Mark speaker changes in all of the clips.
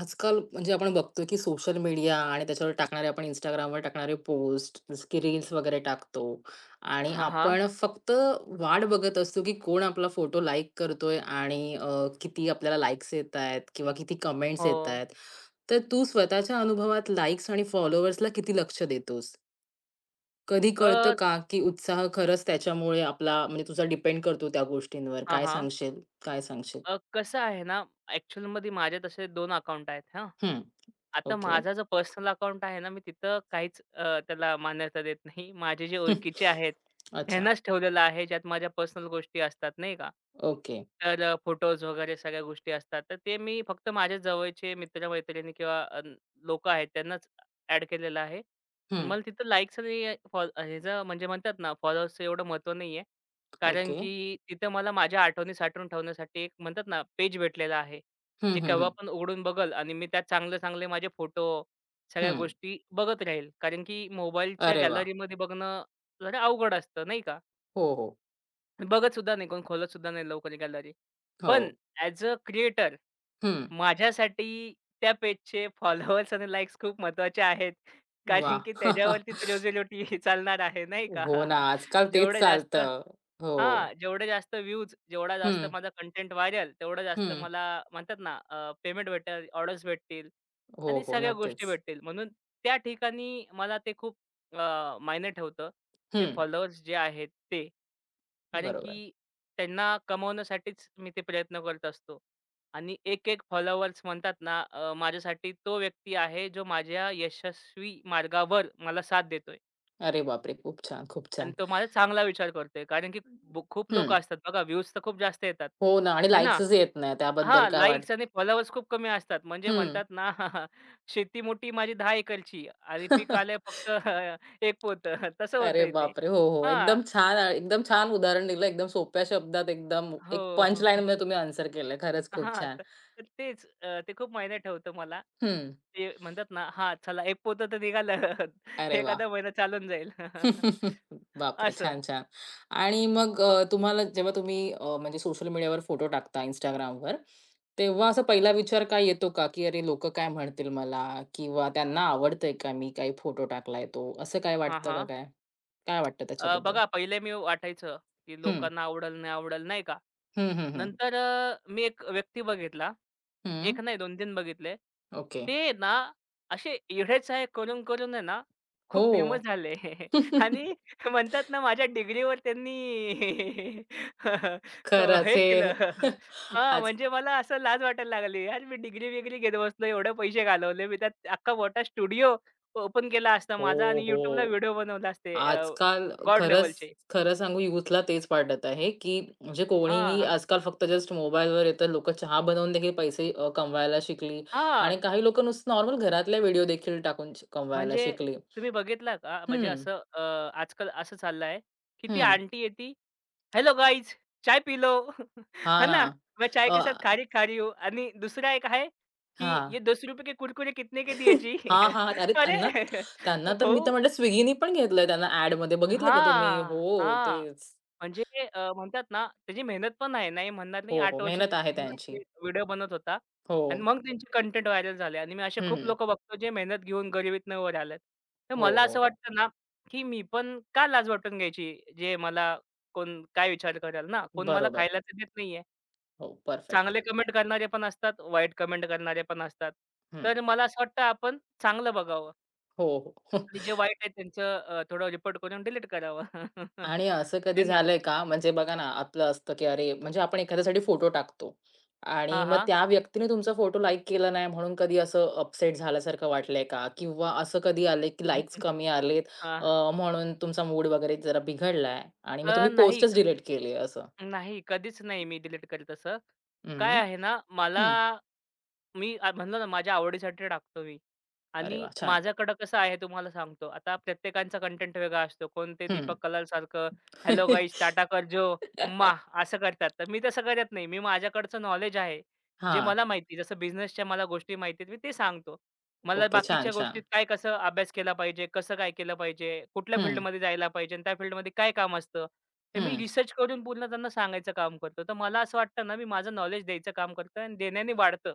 Speaker 1: आजकाल म्हणजे आपण बघतो की सोशल मीडिया आणि त्याच्यावर टाकणारे आपण Instagramवर टाकणारे पोस्ट, जसं की रील्स वगैरे टाकतो आणि
Speaker 2: हां, हां.
Speaker 1: आपण फक्त वाट बघत असतो की कोण आपला फोटो लाइक करतोय किती आपल्याला लाइक्स येतायत किंवा किती कमेंट्स
Speaker 2: हो.
Speaker 1: येतायत. तर तू स्वतःच्या अनुभवात लाइक्स आणि फॉलोअर्सला किती लक्ष देतोस? कधी कळतं
Speaker 2: अ,
Speaker 1: का की उत्साह खरंच त्याच्यामुळे आपला म्हणजे तुझा डिपेंड करतो त्या गोष्टींवर?
Speaker 2: हां,
Speaker 1: काय
Speaker 2: हां.
Speaker 1: सांगशील? काय सांगशील?
Speaker 2: कसं आहे ना, ॲक्चुअलमध्ये माझे तसे 2 अकाउंट आहेत हां.
Speaker 1: हं.
Speaker 2: आता
Speaker 1: ओके.
Speaker 2: माझा जो पर्सनल अकाउंट आहे ना, मी तिथं काहीच त्याला मान्यता देत नाही. माझे जे ओळखीचे आहेत,
Speaker 1: अच्छा.
Speaker 2: त्यांनाच ठेवलेलं आहे, ज्यात माझ्या पर्सनल गोष्टी असतात नाही का.
Speaker 1: ओके.
Speaker 2: तर फोटोज वगैरे सगळ्या गोष्टी असतात. तर ते मी फक्त माझ्या जवळचे मित्र किंवा आहेत त्यांनाच ॲड केलेलं आहे. पण
Speaker 1: हं.
Speaker 2: मला तिथं लाईक्स आणि ह्याचं म्हणजे म्हणतात ना, फॉलोअर्सचं एवढं महत्त्व नाहीये. कारण
Speaker 1: ओके.
Speaker 2: की तिथं मला माझ्या आठवणी साठवून ठेवण्यासाठी एक म्हणतात ना पेज भेटलेला आहे.
Speaker 1: हं,
Speaker 2: जे
Speaker 1: हं,
Speaker 2: केव्हा
Speaker 1: हं.
Speaker 2: पण उघडून बघल आणि मी त्यात चांगले-चांगले माझे फोटो, सगळ्या
Speaker 1: हं.
Speaker 2: गोष्टी बघत राहील. कारण की मोबाईलच्या
Speaker 1: अरे वाह!
Speaker 2: गॅलरीमध्ये बघणं जरा अवघड असतं नाही का?
Speaker 1: हो, हो.
Speaker 2: बघत सुद्धा नाही कोण, खोलत सुद्धा नाही लवकर गॅलरी.
Speaker 1: हो.
Speaker 2: पण ॲज अ क्रिएटर
Speaker 1: हं.
Speaker 2: माझ्यासाठी त्या पेजचे फॉलोअर्स आणि लाइक्स खूप महत्त्वाचे आहेत. कारण
Speaker 1: वाह!
Speaker 2: की त्याच्यावरतीच रोजी चालणार आहे नाही का?
Speaker 1: हो ना, आजकाल तेच
Speaker 2: जेवढे जास्त
Speaker 1: चालतं. हो.
Speaker 2: जेवढे जास्त व्ह्यूज, जेवढा जास्त
Speaker 1: हं,
Speaker 2: माझा कंटेंट व्हायरल, तेवढं जास्त
Speaker 1: हं.
Speaker 2: मला म्हणतात ना पेमेंट भेटेल, ऑर्डर्स भेटतील
Speaker 1: हो,
Speaker 2: आणि
Speaker 1: हो.
Speaker 2: सगळ्या गोष्टी
Speaker 1: नक्कीच.
Speaker 2: भेटतील. म्हणून त्या ठिकाणी मला ते खूप मायने ठेवतं. ते
Speaker 1: हं.
Speaker 2: फॉलोअर्स जे आहेत ते. कारण
Speaker 1: बरोबर.
Speaker 2: की त्यांना कमवण्यासाठीच मी ते प्रयत्न करत असतो आणि एक-एक फॉलोअर्स म्हणतात ना माझ्यासाठी तो व्यक्ती आहे जो माझ्या यशस्वी मार्गावर मला साथ देतोय.
Speaker 1: अरे बापरे! खूप छान, खूप
Speaker 2: आणि
Speaker 1: छान.
Speaker 2: तो माझा चांगला विचार करतोय. कारण की खूप
Speaker 1: हं.
Speaker 2: लोकं असतात बघा व्ह्यूज तर खूप जास्त येतात.
Speaker 1: हो ना आणि
Speaker 2: हे ना?
Speaker 1: लाइक्सच येत नाही त्याबद्दल
Speaker 2: हां,
Speaker 1: काय वाट.
Speaker 2: लाइक्स आणि फॉलोअर्स खूप कमी असतात. म्हणजे
Speaker 1: हं.
Speaker 2: म्हणतात ना शेती मोठी माझी 10 एकरची आणि पीक आलंय फक्त एक पोत तसं
Speaker 1: अरे
Speaker 2: होतंय ते.
Speaker 1: बापरे! हो, हो.
Speaker 2: हां.
Speaker 1: एकदम छान एकदम छान उदाहरण दिलं. एकदम सोप्या शब्दात एकदम
Speaker 2: हो,
Speaker 1: एक पंच
Speaker 2: हो.
Speaker 1: लाईनमध्ये तुम्ही आन्सर केलं. खरंच खूप
Speaker 2: हां,
Speaker 1: छान.
Speaker 2: तर तर तेच ते खूप मायने ठेवतं मला.
Speaker 1: हं.
Speaker 2: ते म्हणतात ना हां, चला 1 पोतं तर निघालं.
Speaker 1: अरे वाह!
Speaker 2: एखादा महिना चालून जाईल.
Speaker 1: बापरे!
Speaker 2: असं.
Speaker 1: छान, छान. आणि मग तुम्हाला जेव्हा म्हणजे सोशल मीडियावर फोटो टाकता Instagramवर, तेव्हा असा पहिला विचार काय येतो का, की "अरे, लोकं काय म्हणतील मला?" किंवा "त्यांना आवडतंय का मी काही फोटो टाकलाय तो?" असं काय
Speaker 2: हां,
Speaker 1: वाटतं का
Speaker 2: हां.
Speaker 1: काय? काय वाटतं त्याच्याबद्दल?
Speaker 2: बघा पहिले मी वाटायचं, की
Speaker 1: हं.
Speaker 2: लोकांना आवडेल, नाही आवडेल, नाही का?
Speaker 1: हं, हं, हं.
Speaker 2: नंतर मी एक व्यक्ती बघितला.
Speaker 1: हं.
Speaker 2: एक नाही 2-3 बघितले.
Speaker 1: ओके.
Speaker 2: ते ना असे येडे-चाळे करून-करून आहे ना, खूप फेमस
Speaker 1: हो.
Speaker 2: झाले आणि म्हणतात ना माझ्या डिग्रीवर त्यांनी
Speaker 1: खरंच
Speaker 2: हे
Speaker 1: हे
Speaker 2: केलं. हां,
Speaker 1: आज
Speaker 2: म्हणजे मला असं लाज वाटायला लागली. यार मी डिग्री-बिग्री घेत बसलो, एवढे पैसे घालवले. मी त्यात अख्खा मोठा स्टुडिओ ओपन केला असता माझा
Speaker 1: हो,
Speaker 2: आणि YouTubeला
Speaker 1: हो.
Speaker 2: व्हिडिओ बनवले असते.
Speaker 1: आजकाल
Speaker 2: गॉड
Speaker 1: खरंच,
Speaker 2: लेव्हलचे.
Speaker 1: खरं सांगू यूथला तेच वाटत आहे, की म्हणजे कोणीही
Speaker 2: हां,
Speaker 1: आजकाल फक्त जस्ट मोबाईलवर येतं. लोकं चहा बनवून देखील पैसे कमवायला शिकली आणि
Speaker 2: हां.
Speaker 1: काही लोकं नुसतं नॉर्मल घरातल्या व्हिडिओ देखील टाकून श कमवायला
Speaker 2: म्हणजे
Speaker 1: शिकली.
Speaker 2: तुम्ही बघितला का? म्हणजे
Speaker 1: हं,
Speaker 2: असं आजकाल असं चाललं की ती
Speaker 1: हं.
Speaker 2: आंटी येती, "हेलो गाईज, चाय पी लो."
Speaker 1: हा
Speaker 2: है
Speaker 1: ना.
Speaker 2: ना? "मैं चाय
Speaker 1: अ,
Speaker 2: के साथ खारी खारी हूँ." आणि दुसरा एक आहे, की
Speaker 1: हा
Speaker 2: "ये ₹2 के कुरकुरे कितने के दिए जी?"
Speaker 1: हां, हां. अरे
Speaker 2: अरे
Speaker 1: त्यांना त्यांना तर मी तर
Speaker 2: भाऊ
Speaker 1: म्हणते Swiggyनी पण घेतलंय त्यांना ॲडमध्ये बघितलं का तुम्ही?
Speaker 2: हां,
Speaker 1: हो,
Speaker 2: हां.
Speaker 1: तेच.
Speaker 2: म्हणजे म्हणतात ना, त्याची मेहनत पण आहे. नाही म्हणणार नाही.
Speaker 1: हो, हो.
Speaker 2: 8 वर्ष
Speaker 1: मेहनत आहे त्यांची.
Speaker 2: व्हिडिओ बनत होता
Speaker 1: हो.
Speaker 2: आणि मग त्यांचे कंटेंट व्हायरल झाले आणि मी असे खूप
Speaker 1: हं.
Speaker 2: लोकं बघतो, जे मेहनत घेऊन गरिबीतनं वर आलेत. तर
Speaker 1: हो,
Speaker 2: मला
Speaker 1: हो,
Speaker 2: असं
Speaker 1: हो.
Speaker 2: वाटतं ना, की मी पण का लाज वाटून घ्यायची, जे मला कोण काय विचार करेल ना? कोण मला
Speaker 1: बरोबर.
Speaker 2: खायला तर देत नाहीये.
Speaker 1: हो, परफेक्ट.
Speaker 2: चांगले कमेंट करणारे पण असतात, वाईट कमेंट करणारे पण असतात.
Speaker 1: हं.
Speaker 2: तर मला असं वाटतं, आपण चांगलं बघावं
Speaker 1: हो, हो.
Speaker 2: आणि जे वाईट आहे त्यांचं थोडं रिपोर्ट करून डिलीट करावं.
Speaker 1: आणि
Speaker 2: आहे
Speaker 1: असं कधी
Speaker 2: ना?
Speaker 1: झालंय का, म्हणजे बघा ना, आपलं असतं की अरे, म्हणजे आपण एखाद्यासाठी फोटो टाकतो आणि
Speaker 2: हां,
Speaker 1: मग
Speaker 2: हां.
Speaker 1: त्या व्यक्तीने तुमचा फोटो लाइक केला नाही म्हणून कधी असं अपसेट झाल्यासारखं वाटलंय का? किंवा असं कधी आलंय की
Speaker 2: हं,
Speaker 1: लाइक्स कमी आलेत अ, म्हणून तुमचा मूड वगैरे जरा बिघडलाय आणि मग तुम्ही
Speaker 2: नाही,
Speaker 1: पोस्टच डिलीट केली असं?
Speaker 2: नाही. कधीच नाही मी डिलीट करत असं. काय
Speaker 1: हं,
Speaker 2: आहे ना, मला,
Speaker 1: हं.
Speaker 2: मी म्हणलं ना माझ्या आवडीसाठी टाकतो मी
Speaker 1: अरे
Speaker 2: आणि
Speaker 1: वाह! छान.
Speaker 2: माझ्याकडं कसं आहे तुम्हाला सांगतो. आता प्रत्येकाचा कंटेंट वेगळा असतो. कोण ते
Speaker 1: हं.
Speaker 2: दीपक कलालसारखं "हॅलो गाईज टाटा कर जो माह" असं करतात. तर मी तसं करत नाही. मी माझ्याकडचं नॉलेज आहे. जे
Speaker 1: हां.
Speaker 2: मला माहिती जसं बिझनेसच्या मला गोष्टी माहिती आहेत मी ते सांगतो. मला
Speaker 1: ओके. छान,
Speaker 2: बाकीच्या गोष्टीत
Speaker 1: छान.
Speaker 2: काय कसं अभ्यास केला पाहिजे, कसं काय केलं पाहिजे, कुठल्या
Speaker 1: हं,
Speaker 2: फील्डमध्ये जायला पाहिजे आणि त्या फील्डमध्ये काय काम असतं. तर मी
Speaker 1: हं.
Speaker 2: रिसर्च करून पूर्ण त्यांना सांगायचं काम करतो. तर मला असं वाटतं ना, मी माझं नॉलेज द्यायचं काम करतोय आणि देण्याने वाढतं.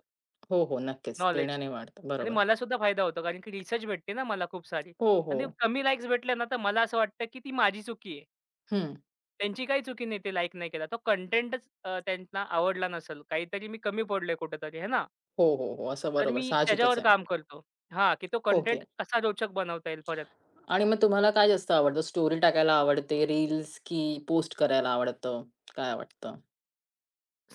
Speaker 1: हो, हो. नक्कीच.
Speaker 2: नॉलेज
Speaker 1: देण्याने वाढतं.
Speaker 2: आणि
Speaker 1: बरोबर.
Speaker 2: मला सुद्धा फायदा होतो कारण की रिसर्च भेटते ना मला खूप सारी
Speaker 1: हो,
Speaker 2: आणि
Speaker 1: हो.
Speaker 2: कमी लाईक्स भेटल्या ना तर मला असं वाटतं की ती माझी चुकी आहे.
Speaker 1: हं.
Speaker 2: त्यांची काही चुकी नाही ते लाईक नाही केला. तो कंटेंटच त्यांना आवडला नसेल. काहीतरी मी कमी पडलोय कुठेतरी, आहे ना?
Speaker 1: हो, हो, हो. असं
Speaker 2: तर
Speaker 1: बरोबर
Speaker 2: मी
Speaker 1: साहजिकच
Speaker 2: त्याच्यावर
Speaker 1: आहे.
Speaker 2: काम करतो. हां, की तो
Speaker 1: ओके.
Speaker 2: कंटेंट कसा रोचक बनवता येईल परत.
Speaker 1: आणि मग तुम्हाला काय जास्त आवडतं? स्टोरी टाकायला आवडते, रील्स की पोस्ट करायला आवडतं? काय वाटतं?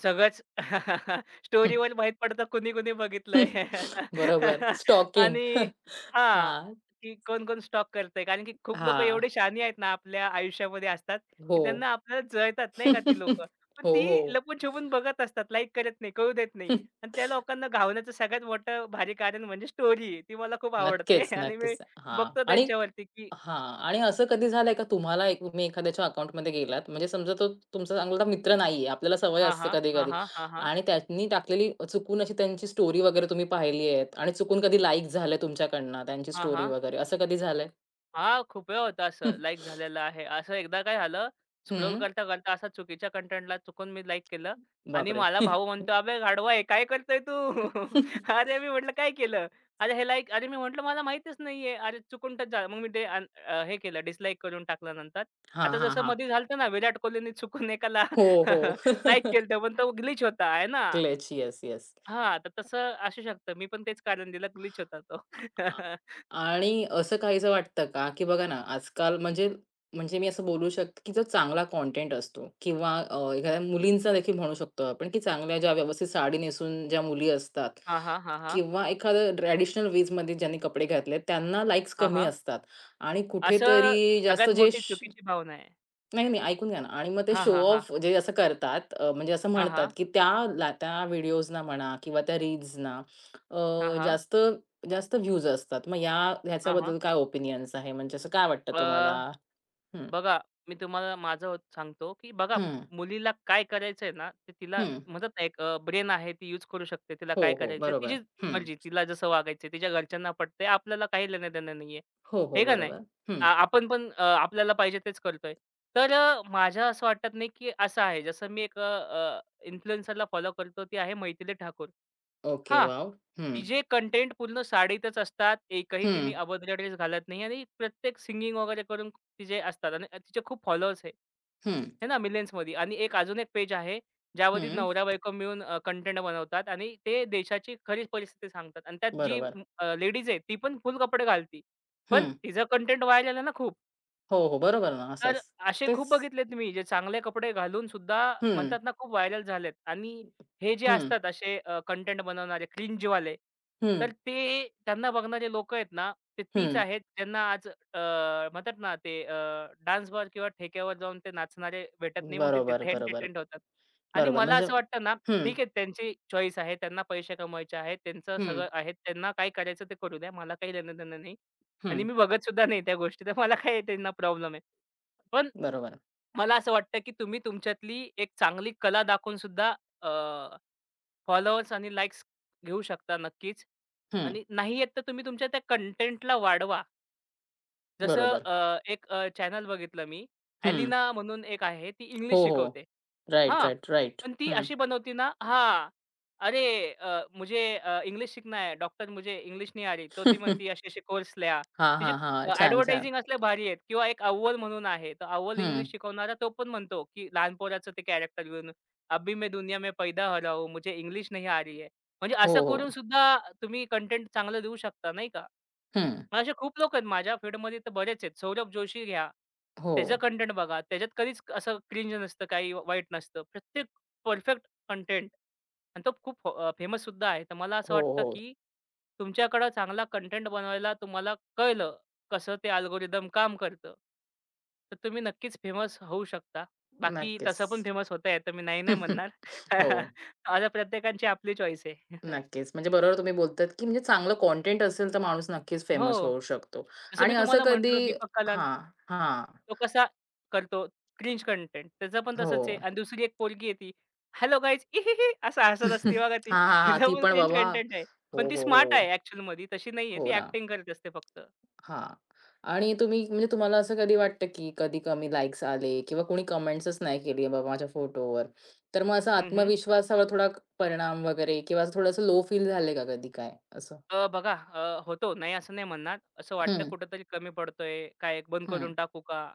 Speaker 2: सगळंच
Speaker 1: हं.
Speaker 2: स्टोरीवर माहीत पडतं कुणी-कुणी बघितलंय.
Speaker 1: बरोबर. स्टॉकिंग.
Speaker 2: आणि हां,
Speaker 1: हां,
Speaker 2: की कोण-कोण स्टॉक करतंय. कारण की खूप लोकं
Speaker 1: हां.
Speaker 2: एवढे शहाणी आहेत ना आपल्या आयुष्यामध्ये असतात,
Speaker 1: हो.
Speaker 2: की त्यांना आपल्याला जळतात नाही का ती लोकं. पण
Speaker 1: हो,
Speaker 2: ती
Speaker 1: हो.
Speaker 2: लपून-छपून बघत असतात. लाईक करत नाही, कळू देत नाही. आणि त्या लोकांना घावण्याचं सगळ्यात मोठं भारी कारण म्हणजे स्टोरी ती मला खूप आवडते
Speaker 1: नक्कीच,
Speaker 2: आणि मी
Speaker 1: नक्कीच. हां.
Speaker 2: बघतो
Speaker 1: आणि
Speaker 2: त्यांच्यावरती, की
Speaker 1: हां. आणि असं कधी झालंय का तुम्हाला एक तुम्ही एखाद्याच्या अकाउंटमध्ये गेलात म्हणजे समजा तो तुमचा चांगला मित्र नाहीये. आपल्याला सवय
Speaker 2: हां,
Speaker 1: असते
Speaker 2: हां. हां,
Speaker 1: कधी-कधी
Speaker 2: हां. हां, हां.
Speaker 1: आणि त्यांनी टाकलेली चुकून अशी त्यांची स्टोरी वगैरे तुम्ही पाहिली आहेत आणि चुकून कधी लाईक झालंय तुमच्याकडनं त्यांची स्टोरी
Speaker 2: हां,
Speaker 1: वगैरे असं कधी झालंय?
Speaker 2: हां, खूप वेळा होतं असं, लाइक झालेलं आहे. असं एकदा काय झालं, स्क्रोल
Speaker 1: हं.
Speaker 2: करता-करता असा चुकीच्या कंटेंटला चुकून मी लाइक केलं आणि
Speaker 1: बापरे!
Speaker 2: मला भाऊ म्हणतो, "अबे गाढवा आहे, काय करतोय तू?" अरे, मी म्हटलं, "काय केलं?" "अरे, हे लाइक" अरे, मी म्हटलं, "मला माहीतच नाहीये." अरे, चुकून टच झालं. मग मी ते हे केलं, डिसलाइक करून टाकलं नंतर.
Speaker 1: हां,
Speaker 2: आता
Speaker 1: हां,
Speaker 2: जसं
Speaker 1: हां.
Speaker 2: मध्ये झालं ना, विराट कोहलीने चुकून एकाला
Speaker 1: हो, हो.
Speaker 2: लाइक केलं पण तो ग्लिच होता, आहे ना?
Speaker 1: ग्लिच. Yes, yes.
Speaker 2: हां, तर तसं असू शकतं. मी पण तेच कारण दिलं, ग्लिच होता तो.
Speaker 1: आ आणि असं काहीसं वाटतं का, की बघा ना, आजकाल म्हणजे म्हणजे मी असं बोलू शकते, की जो चांगला कंटेंट असतो किंवा एखाद्या मुलींचा देखील म्हणू शकतो आपण, की चांगल्या ज्या व्यवस्थित साडी नेसून ज्या मुली असतात
Speaker 2: हां, हां. हां, हां.
Speaker 1: किंवा एखादं ट्रॅडिशनल वेजमध्ये ज्यांनी कपडे घातले, त्यांना लाईक्स
Speaker 2: हां,
Speaker 1: कमी
Speaker 2: हां.
Speaker 1: असतात आणि
Speaker 2: असं
Speaker 1: कुठेतरी जास्त
Speaker 2: सगळ्यात
Speaker 1: जे
Speaker 2: मोठी चुकीची भावना आहे.
Speaker 1: नाही, नाही, ऐकून घ्या ना आणि मग ते
Speaker 2: हां,
Speaker 1: शो
Speaker 2: हां, हां.
Speaker 1: ऑफ जे असं करतात म्हणजे असं
Speaker 2: हां,
Speaker 1: म्हणतात,
Speaker 2: हां.
Speaker 1: की त्याला त्या व्हिडिओजना म्हणा किंवा त्या रील्सना
Speaker 2: हां, हां.
Speaker 1: जास्त जास्त व्ह्यूज असतात. मग या
Speaker 2: हां, हां.
Speaker 1: ह्याच्याबद्दल काय ओपिनियन्स आहे? म्हणजे असं काय वाटतं तुम्हाला?
Speaker 2: अ,
Speaker 1: हं,
Speaker 2: बघा मी तुम्हाला माझं सांगतो, की बघा
Speaker 1: हं,
Speaker 2: मुलीला काय करायचंय ना, ते तिला
Speaker 1: हं.
Speaker 2: म्हणतात ना, एक ब्रेन आहे ती यूज करू शकते. तिला
Speaker 1: हो,
Speaker 2: काय
Speaker 1: हो.
Speaker 2: करायचंय तिची
Speaker 1: बरोबर. हं.
Speaker 2: मर्जी. तिला जसं वागायचंय तिच्या घरच्यांना पटतंय. आपल्याला काही लेणं-देणं नाहीये.
Speaker 1: हो, हो.
Speaker 2: हे का नाही?
Speaker 1: बरोबर. हं.
Speaker 2: आपण पण आपल्याला पाहिजे तेच करतोय. तर माझ्या असं वाटत नाही, की असं आहे. जसं मी एक इन्फ्लुएन्सरला फॉलो करतो ती आहे मैथिली ठाकूर.
Speaker 1: ओके.
Speaker 2: हां.
Speaker 1: वॉव! हं,
Speaker 2: तिचे कंटेंट पूर्ण साडीतच असतात. एकही
Speaker 1: हं,
Speaker 2: तिने अभद्र ड्रेस घालत नाही आणि प्रत्येक सिंगिंग वगैरे करून तिचे असतात आणि तिचे खूप फॉलोअर्स आहे.
Speaker 1: हं,
Speaker 2: आहे ना मिलियन्समध्ये आणि एक अजून एक पेज आहे, ज्यामध्ये
Speaker 1: हं.
Speaker 2: नवरा-बायको मिळून कंटेंट बनवतात आणि ते देशाची खरीच परिस्थिती सांगतात आणि त्यात जी
Speaker 1: बरोबर.
Speaker 2: लेडीज आहे ती पण फुल कपडे घालती. पण
Speaker 1: हं.
Speaker 2: तिचं कंटेंट व्हायरल आहे ना खूप.
Speaker 1: हो, हो. बरोबर ना
Speaker 2: तर
Speaker 1: असंच.
Speaker 2: असे खूप
Speaker 1: तेच.
Speaker 2: बघितलेत मी, जे चांगले कपडे घालून सुद्धा
Speaker 1: हं,
Speaker 2: म्हणतात ना, खूप व्हायरल झालेत आणि हे जे
Speaker 1: हं,
Speaker 2: असतात असे कंटेंट बनवणारे क्रिंजवाले,
Speaker 1: हं,
Speaker 2: तर ते त्यांना बघणारे लोक आहेत ना, ते तीच
Speaker 1: हं.
Speaker 2: आहेत ज्यांना आज म्हणतात ना, ते बार किंवा ठेक्यावर जाऊन ते नाचणारे भेटत नाही. मग ते
Speaker 1: बरोबर,
Speaker 2: तिथे
Speaker 1: बरोबर,
Speaker 2: एंटरटेनड होतात. आणि
Speaker 1: बरोबर.
Speaker 2: मला
Speaker 1: म्हणजे
Speaker 2: असं वाटतं ना,
Speaker 1: हं.
Speaker 2: ठीक आहे त्यांची चॉईस आहे. त्यांना पैसे कमवायचे आहेत. त्यांचं
Speaker 1: हं,
Speaker 2: सगळं आहे. त्यांना काय करायचं ते करू द्या. मला काही देणं-देणं नाही आणि
Speaker 1: हं.
Speaker 2: मी बघत सुद्धा नाही त्या गोष्टी. तर मला काय त्यांना प्रॉब्लेम आहे. पण
Speaker 1: बरोबर.
Speaker 2: मला असं वाटतं, की तुम्ही तुमच्यातली एक चांगली कला दाखवून सुद्धा अ, फॉलोअर्स आणि लाइक्स घेऊ शकता नक्कीच.
Speaker 1: हं,
Speaker 2: आणि नाही येत तर तुम्ही तुमच्या त्या कंटेंटला वाढवा जसं
Speaker 1: बरोबर.
Speaker 2: एक चॅनल बघितलं मी.
Speaker 1: हं.
Speaker 2: एलिना म्हणून एक आहे ती
Speaker 1: हो,
Speaker 2: इंग्लिश
Speaker 1: हो.
Speaker 2: शिकवते.
Speaker 1: राइट,
Speaker 2: हां,
Speaker 1: राइट, राइट.
Speaker 2: पण ती
Speaker 1: हं.
Speaker 2: अशी बनवती ना हां. "अरे मुझे इंग्लिश सीखना है. डॉक्टर मुझे इंग्लिश नहीं आ रही." तो ती म्हणती असे-असे कोर्स लिहा.
Speaker 1: हां,
Speaker 2: तिचे
Speaker 1: हां, हां. छान, छान.
Speaker 2: ॲडव्हर्टायझिंग असल्या भारी आहेत किंवा एक अव्वल म्हणून आहे. तर अव्वल
Speaker 1: हं.
Speaker 2: इंग्लिश शिकवणारा तो पण म्हणतो, की लहान पोराचं ते कॅरेक्टर घेऊन, "अभी मैं दुनिया में पैदा हो रहा हूँ. मुझे इंग्लिश नहीं आ रही है." म्हणजे
Speaker 1: हो,
Speaker 2: असं
Speaker 1: हो.
Speaker 2: करून सुद्धा तुम्ही कंटेंट चांगलं देऊ शकता, नाही का?
Speaker 1: हं.
Speaker 2: असे खूप लोक आहेत माझ्या फीडमध्ये तर बरेच आहेत. सौरभ जोशी घ्या,
Speaker 1: हो.
Speaker 2: त्याचं कंटेंट बघा. त्याच्यात कधीच असं क्रिंज नसतं, काही वाईट नसतं. प्रत्येक परफेक्ट कंटेंट आणि तो खूप फेमस सुद्धा आहे. तर मला असं
Speaker 1: हो,
Speaker 2: वाटतं,
Speaker 1: हो.
Speaker 2: की तुमच्याकडं चांगला कंटेंट बनवायला तुम्हाला कळलं, कसं ते अल्गोरिदम काम करतं, तर तुम्ही नक्कीच फेमस होऊ शकता. बाकी
Speaker 1: नक्कीच.
Speaker 2: तसं पण फेमस होता येतं, मी नाही नाही म्हणणार.
Speaker 1: हो.
Speaker 2: आता प्रत्येकाची आपली चॉईस आहे.
Speaker 1: नक्कीच. म्हणजे बरोबर तुम्ही बोलतात, की म्हणजे चांगलं कंटेंट असेल तर माणूस नक्कीच
Speaker 2: हो.
Speaker 1: फेमस होऊ शकतो.
Speaker 2: जसं
Speaker 1: आणि
Speaker 2: मी
Speaker 1: असं
Speaker 2: तुम्हाला म्हटलो
Speaker 1: कधी
Speaker 2: दीपक कलाल.
Speaker 1: हां, हां.
Speaker 2: तो कसा करतो क्रिंज कंटेंट. त्याचं पण
Speaker 1: हो.
Speaker 2: तसंच आहे आणि दुसरी एक पोरगी आहे ती, "हॅलो गाईज इहिही" असं हसत असते बघा ती.
Speaker 1: हां, हां, हां.
Speaker 2: तिचं
Speaker 1: ती
Speaker 2: पण
Speaker 1: पण
Speaker 2: क्रिंज
Speaker 1: बाबा.
Speaker 2: कंटेंट आहे. पण
Speaker 1: हो,
Speaker 2: ती
Speaker 1: हो, हो.
Speaker 2: स्मार्ट आहे ॲक्चुअलमध्ये तशी नाहीये.
Speaker 1: हो
Speaker 2: ती
Speaker 1: ना.
Speaker 2: ॲक्टिंग करत असते फक्त.
Speaker 1: हां. आणि तुम्ही म्हणजे तुम्हाला असं कधी वाटतं की कधी कमी लाइक्स आले किंवा कोणी कमेंट्सच नाही केली बाबा माझ्या फोटोवर, तर मग असा
Speaker 2: हं, हं.
Speaker 1: आत्मविश्वासावर थोडा परिणाम वगैरे किंवा असं थोडंसं लो फील झाले का कधी काय असं?
Speaker 2: बघा होतो. नाही असं नाही म्हणणार. असं वाटतं
Speaker 1: हं,
Speaker 2: कुठेतरी कमी पडतोय, काय बंद
Speaker 1: हं,
Speaker 2: करून टाकू का?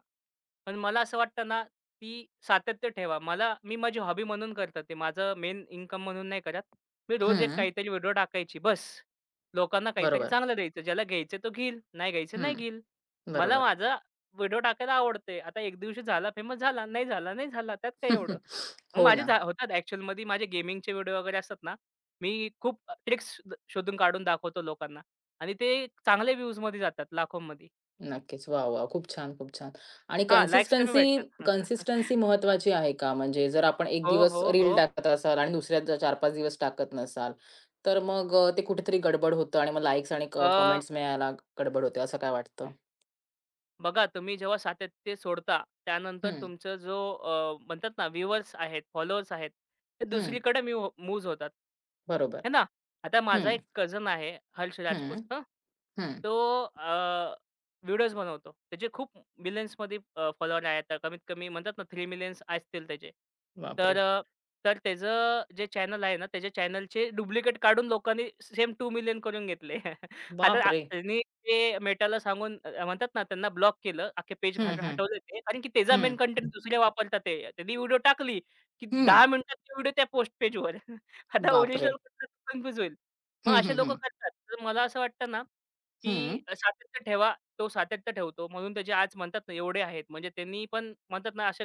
Speaker 2: पण मला असं वाटतं ना, ती सातत्य ठेवा. मला मी माझी हॉबी म्हणून करतो ते. माझं मेन इन्कम म्हणून नाही करत. मी रोज एक
Speaker 1: हं.
Speaker 2: काहीतरी व्हिडिओ टाकायची बस. लोकांना काहीतरी
Speaker 1: बरोबर.
Speaker 2: चांगलं द्यायचं. ज्याला घ्यायचं तो घेईल, नाही घ्यायचं
Speaker 1: हं,
Speaker 2: नाही घेईल. मला
Speaker 1: बरोबर.
Speaker 2: माझा व्हिडिओ टाकायला आवडते. आता एक दिवशी झाला फेमस झाला, नाही झाला, नाही झाला. त्यात काय एवढं? मग
Speaker 1: हो
Speaker 2: माझे
Speaker 1: ना.
Speaker 2: होतात ॲक्चुअलमध्ये माझे गेमिंगचे व्हिडिओ वगैरे असतात ना, मी खूप ट्रिक्स शोधून काढून दाखवतो लोकांना आणि ते चांगले व्ह्यूजमध्ये जातात, लाखोंमध्ये.
Speaker 1: नक्कीच. वाह, वाह! खूप छान, खूप छान. आणि
Speaker 2: हां, लाइक्स कमी
Speaker 1: कन्सिस्टन्सी
Speaker 2: भेटतात.
Speaker 1: कन्सिस्टन्सी महत्वाची आहे का? म्हणजे जर आपण एक
Speaker 2: हो,
Speaker 1: दिवस
Speaker 2: हो,
Speaker 1: रील
Speaker 2: हो.
Speaker 1: टाकत असाल आणि दुसऱ्या 4-5 दिवस टाकत नसाल, तर मग ते कुठेतरी गडबड होतं आणि मग लाइक्स आणि
Speaker 2: अ
Speaker 1: कमेंट्स मिळायला गडबड होते, असं काय वाटतं?
Speaker 2: बघा तुम्ही जेव्हा सातत्य सोडता, त्यानंतर
Speaker 1: हं,
Speaker 2: तुमचा जो म्हणतात ना व्ह्यूअर्स आहेत, फॉलोअर्स आहेत, ते
Speaker 1: हं.
Speaker 2: दुसरीकडे मूव्ह मूव्ह होतात.
Speaker 1: बरोबर.
Speaker 2: है ना? आता माझा
Speaker 1: हं,
Speaker 2: एक कझन आहे हर्ष
Speaker 1: हं,
Speaker 2: राजपूत हं.
Speaker 1: हं.
Speaker 2: तो अ, व्हिडिओज बनवतो. त्याचे खूप मिलियन्समध्ये फॉलोअर आहेत. तर कमीत कमी म्हणतात ना 3 मिलियन्स असतील त्याचे. तर
Speaker 1: बापरे!
Speaker 2: अ, तर त्याचं जे चॅनल आहे ना, त्याच्या चॅनलचे डुप्लिकेट काढून लोकांनी सेम 2 मिलियन करून घेतले. आता
Speaker 1: बापरे!
Speaker 2: ते मेटाला सांगून म्हणतात ना त्यांना ब्लॉक केलं. अख्खे पेज घाल
Speaker 1: हं, हं,
Speaker 2: हटवले ते. कारण की त्याचा
Speaker 1: हं,
Speaker 2: मेन कंटेंट दुसरे वापरतात ते. त्यांनी व्हिडिओ टाकली, की
Speaker 1: हं.
Speaker 2: 10 मिनिटात ती व्हिडिओ त्या पोस्ट पेजवर. आता
Speaker 1: बापरे!
Speaker 2: ओरिजिनल कुठला होईल. मग
Speaker 1: हं,
Speaker 2: असे
Speaker 1: हं,
Speaker 2: लोकं
Speaker 1: हं.
Speaker 2: करतात. तर मला असं वाटतं ना,
Speaker 1: हं,
Speaker 2: की सातत्य ठेवा. तो सातत्य ठेवतो. म्हणून त्याचे आज म्हणतात ना एवढे आहेत. म्हणजे त्यांनी पण म्हणतात ना अशा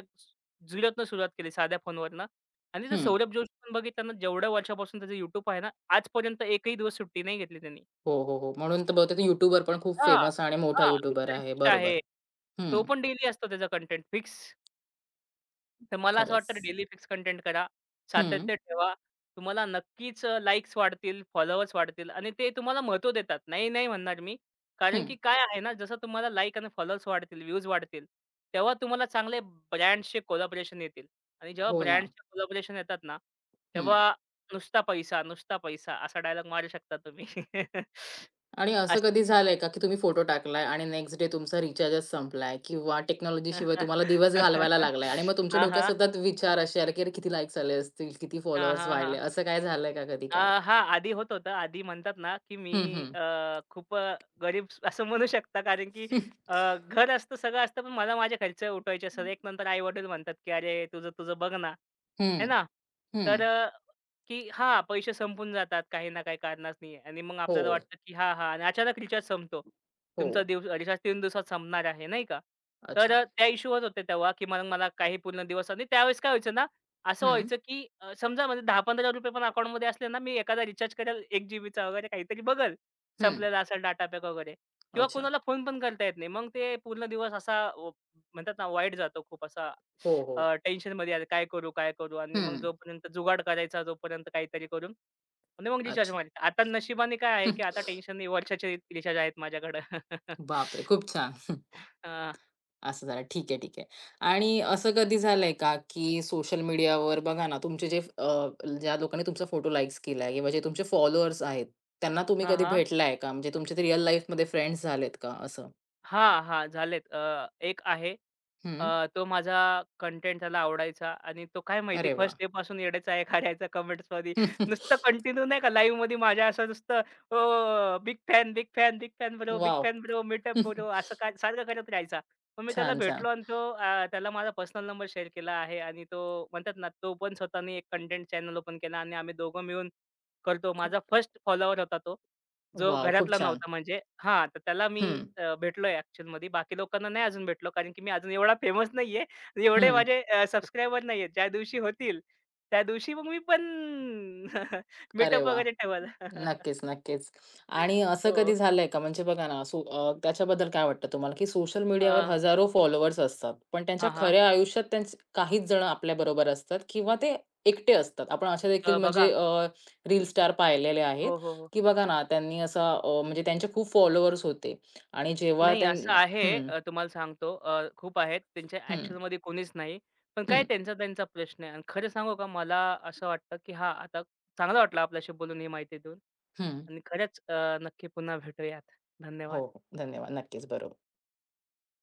Speaker 2: झिरोतनं सुरुवात केली साध्या फोनवरनं. आणि जर
Speaker 1: हं.
Speaker 2: सौरभ जोशी पण बघितलं ना, जेवढ्या वर्षापासून त्याचं YouTube आहे ना, आजपर्यंत एकही दिवस सुट्टी नाही घेतली त्यांनी.
Speaker 1: हो, हो, हो. म्हणून तर बहुतेक YouTuber पण खूप
Speaker 2: हां,
Speaker 1: फेमस आणि मोठा
Speaker 2: हां.
Speaker 1: YouTuber
Speaker 2: मिस्टर
Speaker 1: आहे.
Speaker 2: बीस्ट
Speaker 1: बरोबर.
Speaker 2: आहे.
Speaker 1: हं.
Speaker 2: तो पण डेली असतो त्याचा कंटेंट फिक्स. तर मला असं
Speaker 1: खरंच.
Speaker 2: वाटतं डेली फिक्स कंटेंट करा.
Speaker 1: हं,
Speaker 2: सातत्य ठेवा. तुम्हाला नक्कीच लाइक्स वाढतील, फॉलोअर्स वाढतील आणि ते तुम्हाला महत्त्व देतात. नाही, नाही म्हणणार मी. कारण
Speaker 1: हं.
Speaker 2: की काय आहे ना, जसं तुम्हाला लाइक आणि फॉलोअर्स वाढतील, व्ह्यूज वाढतील, तेव्हा तुम्हाला चांगले ब्रँड्सचे कोलॅबोरेशन येतील आणि जेव्हा
Speaker 1: हो ना.
Speaker 2: ब्रँड्सचे कोलॅबोरेशन येतात ना,
Speaker 1: हं.
Speaker 2: तेव्हा नुसता पैसा, नुसता पैसा असा डायलॉग मारू शकता तुम्ही.
Speaker 1: आणि असं कधी झालंय का, की तुम्ही फोटो टाकलाय आणि नेक्स्ट डे तुमचा रिचार्जच संपलाय किंवा टेक्नॉलॉजीशिवाय तुम्हाला दिवस घालवायला लागलाय आणि मग तुमच्या
Speaker 2: हां,
Speaker 1: डोक्यात
Speaker 2: हां.
Speaker 1: सतत विचार असे आले, की "अरे किती लाईक्स आले असतील, किती
Speaker 2: हां,
Speaker 1: फॉलोअर्स
Speaker 2: हां,
Speaker 1: वाढले?"
Speaker 2: हां.
Speaker 1: असं काय झालंय का कधी
Speaker 2: अ,
Speaker 1: काय?
Speaker 2: हां, आधी होत होतं. आधी म्हणतात ना, की मी
Speaker 1: हं, हं.
Speaker 2: खूप गरीब असं म्हणू शकता कारण की अ, घर असतं, सगळं असतं, पण मला माझे खर्च उठवायचे असतात. एक नंतर आई-वडील म्हणतात, की "अरे, तुझं तुझं बघ ना." है
Speaker 1: हं,
Speaker 2: ना?
Speaker 1: हं.
Speaker 2: तर अ, की हां, पैसे संपून जातात काही ना काही कारणास्तव आणि मग
Speaker 1: हो,
Speaker 2: आपल्याला वाटतं, की हां, हां आणि अचानक रिचार्ज संपतो.
Speaker 1: हो.
Speaker 2: तुमचा दिव रिचार्ज 3 दिवसात संपणार आहे, नाही का? तर
Speaker 1: अच्छा.
Speaker 2: त्या इश्यू होत होते तेव्हा, की मग मला काही पूर्ण दिवस आणि त्यावेळेस काय व्हायचं ना असं
Speaker 1: हं,
Speaker 2: व्हायचं, की समजा म्हणजे ₹10-15 पण अकाउंटमध्ये असले ना, मी एखादा रिचार्ज करेल 1 जीबीचा वगैरे काहीतरी बघेल.
Speaker 1: हं.
Speaker 2: संपलेला असेल डाटा पॅक वगैरे किंवा
Speaker 1: अच्छा.
Speaker 2: कोणाला फोन पण करता येत नाही. मग ते पूर्ण दिवस असा म्हणतात ना वाईट जातो खूप असा
Speaker 1: हो, हो.
Speaker 2: टेन्शनमध्ये अरे काय करू, काय करू? आणि मग
Speaker 1: हं.
Speaker 2: जोपर्यंत जुगाड करायचा जोपर्यंत काहीतरी करून आणि मग रिचार्ज
Speaker 1: अच्छा.
Speaker 2: मारायचा. आता नशिबाने काय आहे, की आता टेन्शन नाही. वर्षाचे रिचार्ज आहेत माझ्याकडं.
Speaker 1: हं. बापरे! खूप छान.
Speaker 2: अ,
Speaker 1: असं झालं. ठीक आहे, ठीक आहे. आणि असं कधी झालंय का, की सोशल मीडियावर बघा ना, तुमचे जे ज्या लोकांनी तुमचा फोटो लाइक्स केलाय किंवा जे तुमचे फॉलोअर्स आहेत, त्यांना तुम्ही
Speaker 2: हां,
Speaker 1: कधी
Speaker 2: हां.
Speaker 1: भेटलाय का? म्हणजे तुमचे ते रिअल लाईफमध्ये फ्रेंड्स झालेत का असं?
Speaker 2: हां, हां. झालेत. एक आहे.
Speaker 1: हं.
Speaker 2: तो माझा कंटेंट त्याला आवडायचा आणि तो काय माहिती
Speaker 1: अरे वाह!
Speaker 2: फर्स्ट डे पासून येडायचा आहे, करायचा कमेंट्समध्ये. नुसतं कंटिन्यू नाही का लाईव्हमध्ये माझ्या असं नुसतं "oh! Big fan, big fan, big fan bro, big
Speaker 1: wow!
Speaker 2: Fan bro, meetup bro" असं काय सारखं करत राहायचा. मग मी त्याला
Speaker 1: छान, छान.
Speaker 2: भेटलो आणि तो त्याला माझा पर्सनल नंबर शेअर केला आहे आणि तो म्हणतात ना, तो पण स्वतःने एक कंटेंट चॅनल ओपन केला आणि आम्ही दोघं मिळून करतो. माझा
Speaker 1: खूप
Speaker 2: फर्स्ट फॉलोवर होता तो. जो
Speaker 1: वॉव! खूप
Speaker 2: घरातला
Speaker 1: छान.
Speaker 2: नव्हता म्हणजे हां, तर त्याला मी
Speaker 1: हं,
Speaker 2: भेटलोय ॲक्चुअलमध्ये. बाकी लोकांना नाही अजून भेटलो, कारण की मी अजून एवढा फेमस नाहीये. एवढे
Speaker 1: हं.
Speaker 2: माझे सबस्क्रायबर नाहीयेत. ज्या दिवशी होतील, त्या दिवशी मग मी पण
Speaker 1: अरे
Speaker 2: मीटअप
Speaker 1: वाह!
Speaker 2: वगैरे ठेवल.
Speaker 1: नक्कीच, नक्कीच. आणि असं
Speaker 2: हो.
Speaker 1: कधी झालंय का म्हणजे बघा ना, त्याच्याबद्दल काय वाटतं तुम्हाला, की सोशल
Speaker 2: अ,
Speaker 1: मीडियावर हजारो फॉलोअर्स असतात, पण त्यांच्या
Speaker 2: हां, हां.
Speaker 1: खऱ्या आयुष्यात त्यांचे काहीच जण आपल्याबरोबर असतात किंवा ते एकटे असतात. आपण अशा देखील म्हणजे
Speaker 2: बघा
Speaker 1: रील स्टार पाहिलेले आहेत,
Speaker 2: हो, हो, हो.
Speaker 1: की बघा ना त्यांनी असा म्हणजे त्यांचे खूप फॉलोअर्स होते आणि जेव्हा
Speaker 2: नाही,
Speaker 1: त्यां
Speaker 2: असं आहे
Speaker 1: हं,
Speaker 2: तुम्हाला सांगतो खूप आहेत. त्यांच्या
Speaker 1: हं,
Speaker 2: ॲक्चुअलमध्ये कोणीच नाही. पण काय
Speaker 1: हं,
Speaker 2: त्यांचा त्यांचा प्रश्न आहे. आणि खरं सांगू का मला असं वाटतं, की हां, आता चांगलं वाटलं आपल्याशी बोलून ही माहिती देऊन
Speaker 1: हं.
Speaker 2: आणि खरंच नक्की पुन्हा भेटूयात.
Speaker 1: हो,
Speaker 2: धन्यवाद.
Speaker 1: धन्यवाद. नक्कीच, बरोबर.